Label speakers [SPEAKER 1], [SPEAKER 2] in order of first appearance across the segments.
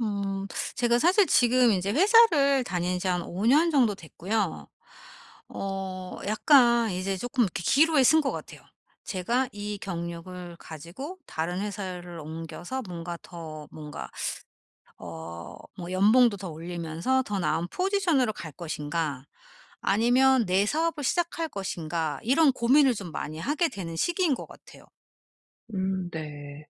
[SPEAKER 1] 음. 제가 사실 지금 이제 회사를 다닌 지 한 5년 정도 됐고요. 약간 이제 조금 이렇게 기로에 쓴 것 같아요. 제가 이 경력을 가지고 다른 회사를 옮겨서 뭔가 더 뭔가 뭐 연봉도 더 올리면서 더 나은 포지션으로 갈 것인가, 아니면 내 사업을 시작할 것인가, 이런 고민을 좀 많이 하게 되는 시기인 것 같아요.
[SPEAKER 2] 네.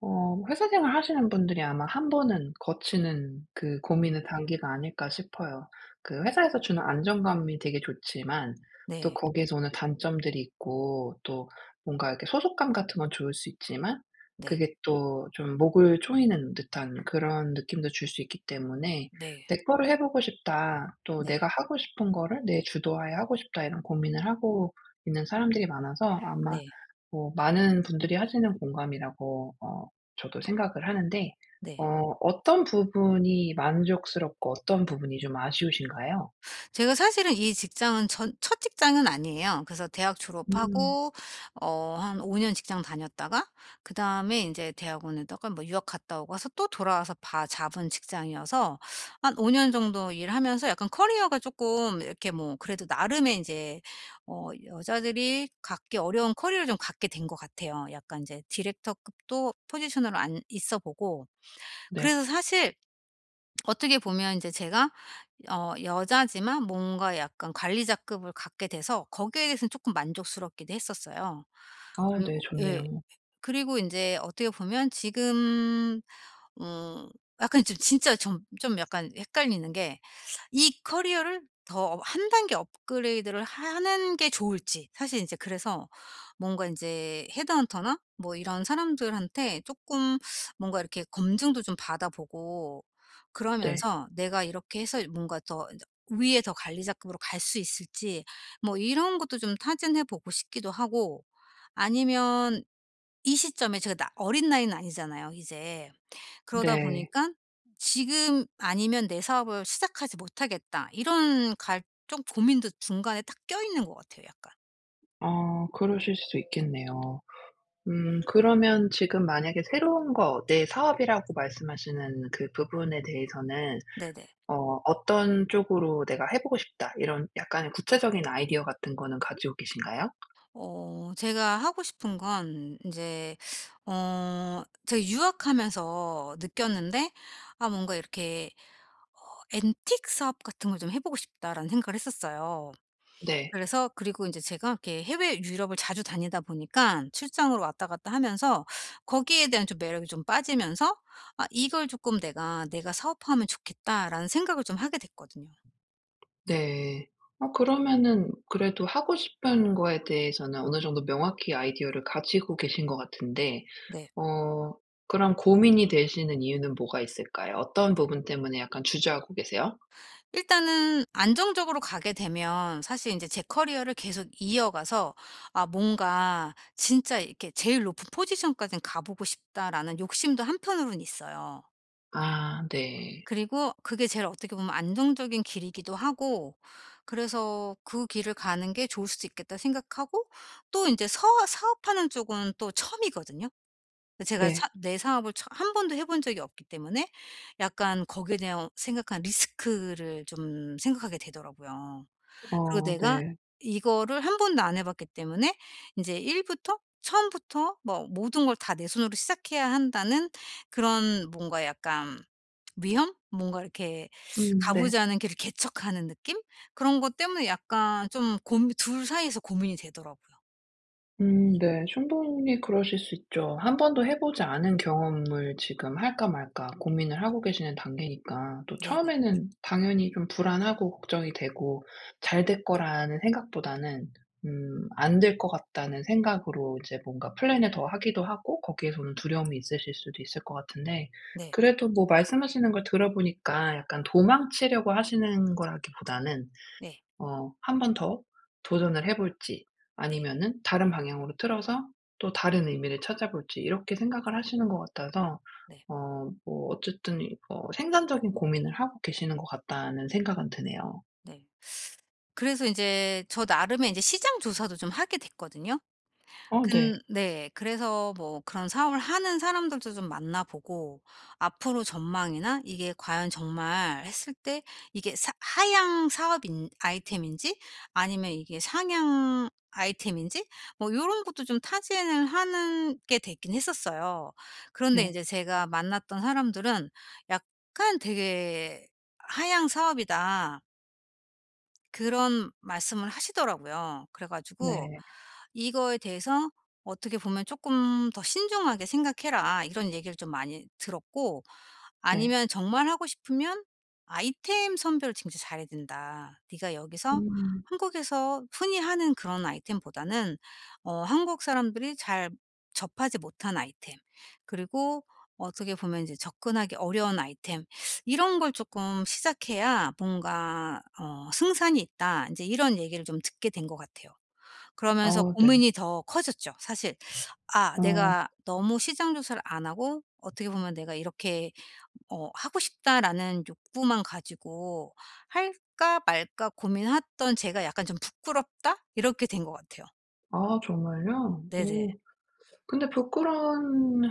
[SPEAKER 2] 어 회사 생활 하시는 분들이 아마 한 번은 거치는 그
[SPEAKER 1] 음.
[SPEAKER 2] 고민의 단계가 아닐까 싶어요. 그 회사에서 주는 안정감이 되게 좋지만 또
[SPEAKER 1] 네.
[SPEAKER 2] 거기에서 오는 단점들이 있고 또 뭔가 이렇게 소속감 같은 건 좋을 수 있지만
[SPEAKER 1] 네.
[SPEAKER 2] 그게 또 좀 목을 조이는 듯한 그런 느낌도 줄 수 있기 때문에
[SPEAKER 1] 네.
[SPEAKER 2] '내 거를 해 보고 싶다.' 또
[SPEAKER 1] 네.
[SPEAKER 2] '내가 하고 싶은 거를 내 주도하에 하고 싶다.' 이런 고민을 하고 있는 사람들이 많아서 아마
[SPEAKER 1] 네.
[SPEAKER 2] 뭐 많은 분들이 하시는 공감이라고 저도 생각을 하는데 어
[SPEAKER 1] 네.
[SPEAKER 2] 어떤 부분이 만족스럽고 어떤 부분이 좀 아쉬우신가요?
[SPEAKER 1] 제가 사실은 이 직장은 전 첫 직장은 아니에요. 그래서 대학
[SPEAKER 2] 음
[SPEAKER 1] 졸업하고 한 5년 직장 다녔다가, 그다음에 이제 대학원에다가 뭐 유학 갔다 오고 와서 또 돌아와서 바 잡은 직장이어서 한 5년 정도 일하면서 약간 커리어가 조금 이렇게 뭐 그래도 나름의 이제 여자들이 갖기 어려운 커리어를 좀 갖게 된 것 같아요. 약간 이제 디렉터급도 포지션으로 안 있어 보고.
[SPEAKER 2] 네.
[SPEAKER 1] 그래서 사실 어떻게 보면 이제 제가 여자지만 뭔가 약간 관리자급을 갖게 돼서 거기에 대해서는 조금 만족스럽기도 했었어요.
[SPEAKER 2] 아 네
[SPEAKER 1] 그리고 예.
[SPEAKER 2] 좋네요.
[SPEAKER 1] 그리고 이제 어떻게 보면 지금 음 약간 좀 진짜 좀 약간 헷갈리는 게, 이 커리어를 더 한 단계 업그레이드를 하는 게 좋을지 사실 인제. 그래서 뭔가 인제 헤드헌터나 뭐 이런 사람들한테 쪼끔 뭔가 이렇게 검증도 좀 받아보고,
[SPEAKER 2] 네.
[SPEAKER 1] 그러면서 내가 이렇게 해서 뭔가 더 인제 위에 더 관리자급으로 갈 수 있을지 뭐 이런 것도 좀 타진해 보고 싶기도 하고, 아니면 이 시점에 제가 나 어린 나이는 아니잖아요 이제. 그러다 보니
[SPEAKER 2] 네.
[SPEAKER 1] 까 '지금 아니면 내 사업을 시작하지 못하겠다.' 이런 갈 좀 고민도 중간에 딱 껴있는 것 같아요 약간.
[SPEAKER 2] 아 그러실 수 있겠네요. 그러면 지금 만약에 새로운 거 내 사업이라고 말씀하시는 그 부분에 대해서는
[SPEAKER 1] 네네.
[SPEAKER 2] 어떤 쪽으로 '내가 해 보고 싶다.' 이런 약간의 구체적인 아이디어 같은 거는 가지고 계신가요?
[SPEAKER 1] 제가 하고 싶은 건 이제 어 제가 유학하면서 느꼈는데 '아 뭔가 이렇게 앤틱 사업 같은 걸 좀 해 보고 싶다.'라는 생각을 했었어요.
[SPEAKER 2] 네.
[SPEAKER 1] 그래서. 그리고 인제 제가 이렇게 해외 유럽을 자주 다니다 보니깐 출장으로 왔다 갔다 하면서 거기에 대한 좀 매력이 좀 빠지면서 '아 이걸 쪼끔 내가 사업화하면 좋겠다.'라는 생각을 좀 하게 됐거든요.
[SPEAKER 2] 네. 그러면은 그래도 하고 싶은 거에 대해서는 어느 정도 명확히 아이디어를 가지고 계신 것 같은데
[SPEAKER 1] 네.
[SPEAKER 2] 어 그럼 고민이 되시는 이유는 뭐가 있을까요? 어떤 부분 때문에 약간 주저하고 계세요?
[SPEAKER 1] 일단은 안정적으로 가게 되면 사실 인제 제 커리어를 계속 이어가서 '아 뭔가 진짜 이렇게 제일 높은 포지션까진 가 보고 싶다.'라는 욕심도 한편으로는 있어요.
[SPEAKER 2] 아 네.
[SPEAKER 1] 그리고 그게 제일 어떻게 보면 안정적인 길이기도 하고, 그래서 '그 길을 가는 게 좋을 수도 있겠다.' 생각하고. 또 이제 서 사업하는 쪽은 또 처음이거든요. 제가
[SPEAKER 2] 네.
[SPEAKER 1] 사 내 사업을 처 한 번도 해본 적이 없기 때문에 약간 거기에 대한 생각한 리스크를 좀 생각하게 되더라고요. 그리고
[SPEAKER 2] 어
[SPEAKER 1] 내가
[SPEAKER 2] 네.
[SPEAKER 1] 이거를 한 번도 안 해 봤기 때문에 이제1 부터 처음부터 뭐 모든 걸 다 내 손으로 시작해야 한다는, 그런 뭔가 약간 위험? 뭔가 이렇게 가 보지
[SPEAKER 2] 네.
[SPEAKER 1] 않은 길을 개척하는 느낌? 그런 것 때문에 약간 좀 고민, 둘 사이에서 고민이 되더라고요.
[SPEAKER 2] 네. 충분히 그러실 수 있죠. 한 번도 해 보지 않은 경험을 지금 할까 말까 고민을 하고 계시는 단계니까 또
[SPEAKER 1] 네네.
[SPEAKER 2] 처음에는 당연히 좀 불안하고 걱정이 되고 '잘 될 거라.'는 생각보다는 '안 될 것 같다.'는 생각으로 이제 뭔가 플랜을 더 하기도 하고 거기에서 는 두려움이 있으실 수도 있을 것 같은데
[SPEAKER 1] 네. 네.
[SPEAKER 2] 그래도 뭐 말씀하시는 걸 들어 보니까 약간 도망치려고 하시는 거라기보다는
[SPEAKER 1] 네.
[SPEAKER 2] 한 번 더 도전을 해 볼지
[SPEAKER 1] 네.
[SPEAKER 2] 아니면은 다른 방향으로 틀어서 또 다른 의미를 찾아볼지 이렇게 생각을 하시는 것 같아서
[SPEAKER 1] 네.
[SPEAKER 2] 뭐 어쨌든 이거 생산적인 고민을 하고 계시는 것 같다는 생각은 드네요.
[SPEAKER 1] 네. 그래서 이제 저 나름의 이제 시장 조사도 좀 하게 됐거든요.
[SPEAKER 2] 어 네.
[SPEAKER 1] 근 네. 그래서 뭐 그런 사업을 하는 사람들도 좀 만나 보고 앞으로 전망이나, 이게 과연 정말 했을 때 이게 사 하향 사업인 아이템인지, 아니면 이게 상향 아이템인지, 뭐 요런 것도 좀 타진을 하는 게 됐긴 했었어요. 그런데
[SPEAKER 2] 네.
[SPEAKER 1] 인제 제가 만났던 사람들은 약간 되게 "하향 사업이다." 그런 말씀을 하시더라고요. 그래 가지고
[SPEAKER 2] 네.
[SPEAKER 1] "이거에 대해서 어떻게 보면 조금 더 신중하게 생각해라." 이런 얘기를 좀 많이 들었고,
[SPEAKER 2] 네.
[SPEAKER 1] 아니면 정말 하고 싶으면 "아이템 선별을 진짜 잘해야 된다. 네가 여기서
[SPEAKER 2] 음.
[SPEAKER 1] 한국에서 흔히 하는 그런 아이템보다는 한국 사람들이 잘 접하지 못한 아이템, 그리고 어떻게 보면 이제 접근하기 어려운 아이템, 이런 걸 조금 시작해야 뭔가 '승산이 있다.'" 인제 이런 얘기를 좀 듣게 된 것 같아요. 그러면서
[SPEAKER 2] 어 네.
[SPEAKER 1] 고민이 더 커졌죠, 사실. '아
[SPEAKER 2] 어.
[SPEAKER 1] 내가 너무 시장 조사를 안 하고 어떻게 보면 내가 이렇게 하고 싶다.'라는 욕구만 가지고 '할까 말까 고민했던 제가 약간 좀 부끄럽다.' 이렇게 된 것 같아요.
[SPEAKER 2] 아 정말요?
[SPEAKER 1] 네네.
[SPEAKER 2] 오. 근데 부끄러운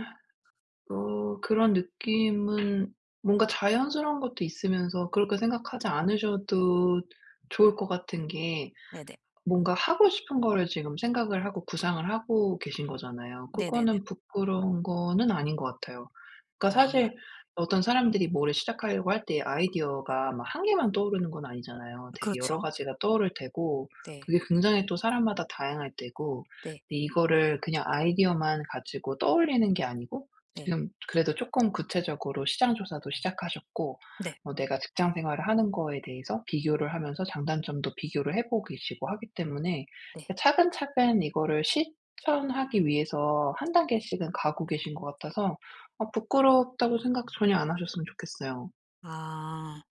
[SPEAKER 2] 그런 느낌은 뭔가 자연스러운 것도 있으면서 그렇게 생각하지 않으셔도 좋을 것 같은 게
[SPEAKER 1] 네네.
[SPEAKER 2] 뭔가 하고 싶은 거를 지금 생각을 하고 구상을 하고 계신 거잖아요.
[SPEAKER 1] 네네네.
[SPEAKER 2] 그거는 부끄러운 거는 아닌 것 같아요. 그러니까
[SPEAKER 1] 아
[SPEAKER 2] 사실 어떤 사람들이 뭐를 시작하려고 할 때 아이디어가 막 한 개만 떠오르는 건 아니잖아요. 되게 여러
[SPEAKER 1] 그렇죠.
[SPEAKER 2] 가지가 떠오를 테고
[SPEAKER 1] 네.
[SPEAKER 2] 그게 굉장히 또 사람마다 다양할 테고
[SPEAKER 1] 네.
[SPEAKER 2] 근데 이거를 그냥 아이디어만 가지고 떠올리는 게 아니고
[SPEAKER 1] 네.
[SPEAKER 2] 지금 그래도 조금 구체적으로 시장 조사도 시작하셨고
[SPEAKER 1] 네.
[SPEAKER 2] 내가 직장 생활을 하는 거에 대해서 비교를 하면서 장단점도 비교를 해 보시고 하기 때문에
[SPEAKER 1] 네.
[SPEAKER 2] 그 차근차근 이거를 실천하기 위해서 한 단계씩은 가고 계신 것 같아서 부끄럽다고 생각 전혀 안 하셨으면 좋겠어요.
[SPEAKER 1] 아.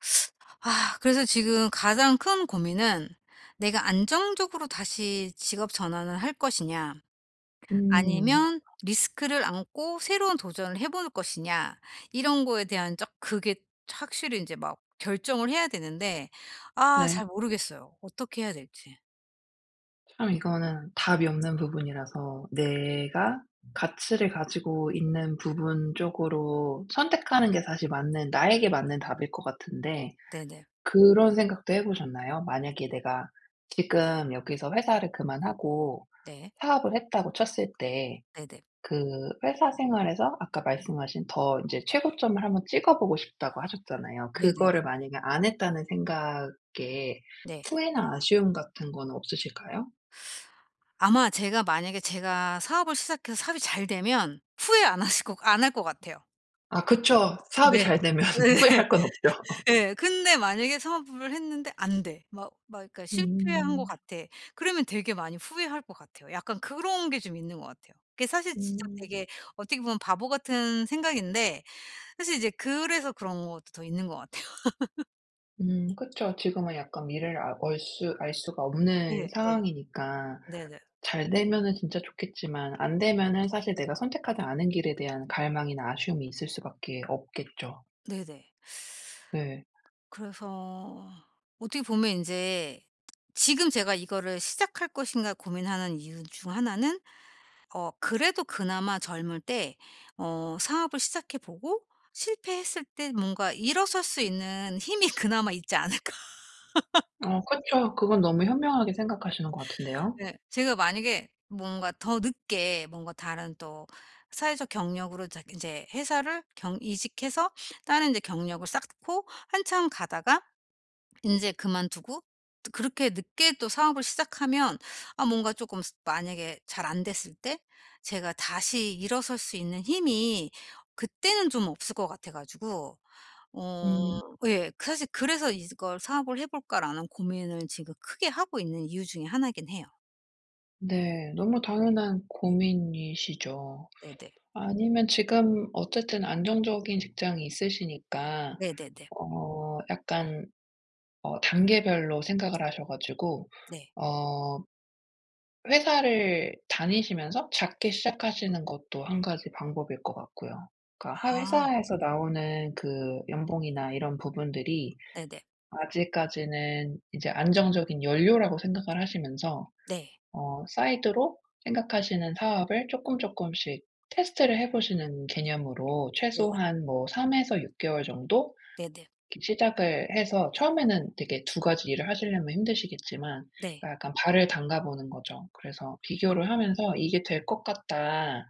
[SPEAKER 1] 아 그래서 지금 가장 큰 고민은 내가 안정적으로 다시 직업 전환을 할 것이냐,
[SPEAKER 2] 음.
[SPEAKER 1] 아니면 리스크를 안고 새로운 도전을 해볼 것이냐, 이런 거에 대한 적 그게 확실히 이제 막 결정을 해야 되는데 아 잘
[SPEAKER 2] 네.
[SPEAKER 1] 모르겠어요, 어떻게 해야 될지.
[SPEAKER 2] 참 이거는 답이 없는 부분이라서 내가 가치를 가지고 있는 부분 쪽으로 선택하는 게 사실 맞는 나에게 맞는 답일 것 같은데
[SPEAKER 1] 네네.
[SPEAKER 2] 그런 생각도 해 보셨나요? 만약에 내가 지금 여기서 회사를 그만하고
[SPEAKER 1] 네.
[SPEAKER 2] 사업을 했다고 쳤을 때
[SPEAKER 1] 네네.
[SPEAKER 2] 그 회사 생활에서 아까 말씀하신 더 인제 최고점을 한번 찍어 보고 싶다고 하셨잖아요.
[SPEAKER 1] 네네네.
[SPEAKER 2] 그거를 만약에 안 했다는 생각에
[SPEAKER 1] 네.
[SPEAKER 2] 후회나 아쉬움 같은 거는 없으실까요?
[SPEAKER 1] 아마 제가 만약에 제가 사업을 시작해서 사업이 잘 되면 후회 안 할 것 같아요.
[SPEAKER 2] 아 그쵸. 사업이
[SPEAKER 1] 네.
[SPEAKER 2] 잘 되면 후회할 건 없죠.
[SPEAKER 1] 예. 근데 만약에 사업을 했는데 안 돼. 막 그러니까 '실패한 것
[SPEAKER 2] 음.
[SPEAKER 1] 같아.' 그러면 되게 많이 후회할 것 같아요. 약간 그런 게 좀 있는 것 같아요. 그게 사실 진짜
[SPEAKER 2] 음.
[SPEAKER 1] 되게 어떻게 보면 바보 같은 생각인데, 사실 이제 그래서 그런 것도 더 있는 것 같아요.
[SPEAKER 2] 그쵸. 지금은 약간 미래를 아 얼 수 알 수가
[SPEAKER 1] 예
[SPEAKER 2] 없는
[SPEAKER 1] 예.
[SPEAKER 2] 상황이니까
[SPEAKER 1] 네네.
[SPEAKER 2] 잘 되면은 진짜 좋겠지만 안 되면은 사실 내가 선택하지 않은 길에 대한 갈망이나 아쉬움이 있을 수밖에 없겠죠.
[SPEAKER 1] 네네.
[SPEAKER 2] 네.
[SPEAKER 1] 그래서 어떻게 보면 인제 지금 제가 이거를 시작할 것인가 고민하는 이유 중 하나는 그래도 그나마 젊을 때 사업을 시작해 보고 실패했을 때 뭔가 일어설 수 있는 힘이 그나마 있지 않을까.
[SPEAKER 2] 어 그쵸. 그건 너무 현명하게 생각하시는 것 같은데요.
[SPEAKER 1] 네. 제가 만약에 뭔가 더 늦게 뭔가 다른, 또 사회적 경력으로 자제 회사를 경 이직해서 다른 이제 경력을 쌓고 한참 가다가 인제 그만두고 또 그렇게 늦게 또 사업을 시작하면 아 뭔가 쪼끔 스 만약에 잘 안 됐을 때 제가 다시 일어설 수 있는 힘이 그때는 좀 없을 것 같아 가지고. 어
[SPEAKER 2] 음
[SPEAKER 1] 예. 그 사실 그래서 '이걸 사업을 해 볼까.'라는 고민을 지금 크게 하고 있는 이유 중에 하나긴 해요.
[SPEAKER 2] 네. 너무 당연한 고민이시죠.
[SPEAKER 1] 네네.
[SPEAKER 2] 아니면 지금 어쨌든 안정적인 직장이 있으시니까
[SPEAKER 1] 네네네.
[SPEAKER 2] 약간 단계별로 생각을 하셔 가지고
[SPEAKER 1] 네.
[SPEAKER 2] 어 회사를 다니시면서 작게 시작하시는 것도 한 가지 방법일 것 같고요. 그러니까 하
[SPEAKER 1] 아
[SPEAKER 2] 회사에서 나오는 그 연봉이나 이런 부분들이
[SPEAKER 1] 네네.
[SPEAKER 2] 아직까지는 이제 안정적인 연료라고 생각을 하시면서
[SPEAKER 1] 네.
[SPEAKER 2] 사이드로 생각하시는 사업을 조금 조금씩 테스트를 해 보시는 개념으로
[SPEAKER 1] 네네.
[SPEAKER 2] 최소한 뭐 3 에서 6 개월 정도
[SPEAKER 1] 네네.
[SPEAKER 2] 이렇게 시작을 해서 처음에는 되게 두 가지 일을 하시려면 힘드시겠지만
[SPEAKER 1] 네.
[SPEAKER 2] 그러니까 약간 발을 담가 보는 거죠. 그래서 비교를 하면서 '이게 될 것 같다.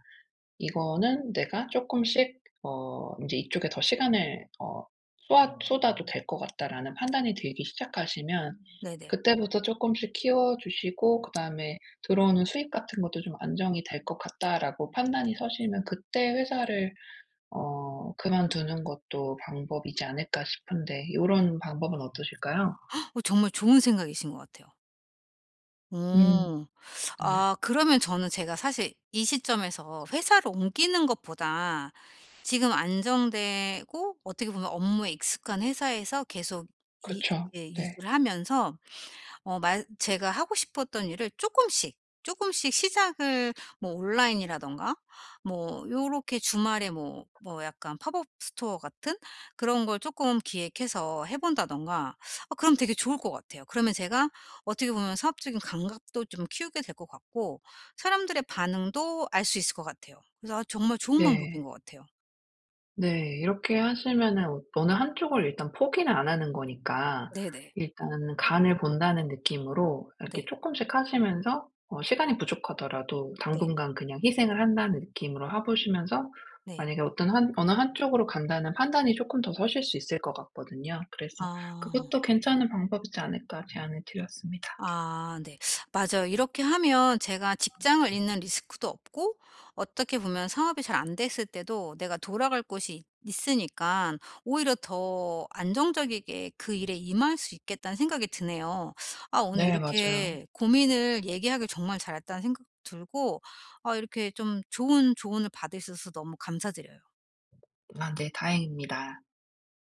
[SPEAKER 2] 이거는 내가 쪼끔씩 인제 이쪽에 더 시간을 쏟아도 될 것 같다.'라는 판단이 들기 시작하시면
[SPEAKER 1] 네네.
[SPEAKER 2] 그때부터 쪼끔씩 키워 주시고 그다음에 '들어오는 수입 같은 것도 좀 안정이 될 것 같다.'라고 판단이 서시면 그때 회사를 그만두는 것도 방법이지 않을까 싶은데 요런 방법은 어떠실까요?
[SPEAKER 1] 정말 좋은 생각이신 것 같아요.
[SPEAKER 2] 음.
[SPEAKER 1] 음.
[SPEAKER 2] 네.
[SPEAKER 1] 아 그러면 저는 제가 사실 이 시점에서 회사를 옮기는 것보다 지금 안정되고 어떻게 보면 업무에 익숙한 회사에서 계속 이
[SPEAKER 2] 그쵸.
[SPEAKER 1] 이렇게
[SPEAKER 2] 네.
[SPEAKER 1] 유지를 하면서 어 제가 하고 싶었던 일을 조금씩 조금씩 시작을, 뭐 온라인이라든가 뭐 요렇게 주말에 뭐 약간 팝업 스토어 같은 그런 걸 조금 기획해서 해 본다든가. 그럼 되게 좋을 것 같아요. 그러면 제가 어떻게 보면 사업적인 감각도 좀 키우게 될 것 같고, 사람들의 반응도 알 수 있을 것 같아요. 그래서 아 정말 좋은 방법인
[SPEAKER 2] 네.
[SPEAKER 1] 것 같아요.
[SPEAKER 2] 네. 이렇게 하시면은 어느 한쪽을 일단 포기는 안 하는 거니까
[SPEAKER 1] 네네.
[SPEAKER 2] 일단 간을 본다는 느낌으로 이렇게
[SPEAKER 1] 네.
[SPEAKER 2] 쪼끔씩 하시면서 시간이 부족하더라도
[SPEAKER 1] 네.
[SPEAKER 2] 당분간 그냥 희생을 한다는 느낌으로 해 보시면서
[SPEAKER 1] 네.
[SPEAKER 2] 만약에 어떤 한 어느 한쪽으로 간다는 판단이 쪼끔 더 서실 수 있을 것 같거든요. 그래서
[SPEAKER 1] 아.
[SPEAKER 2] 그것도 괜찮은 방법이지 않을까 제안을 드렸습니다.
[SPEAKER 1] 아 네. 맞아요. 이렇게 하면 제가 직장을 잃는 리스크도 없고 어떻게 보면 사업이 잘 안 됐을 때도 내가 돌아갈 곳이 있 있으니까 오히려 더 안정적이게 그 일에 임할 수 있겠다는 생각이 드네요. 아 오늘
[SPEAKER 2] 네 맞아요.
[SPEAKER 1] 이렇게 고민을 얘기하길 정말 잘했다는 생각 들고, 아 이렇게 좀 좋은 조언을 받을 수 있어서 너무 감사드려요.
[SPEAKER 2] 아 네 다행입니다.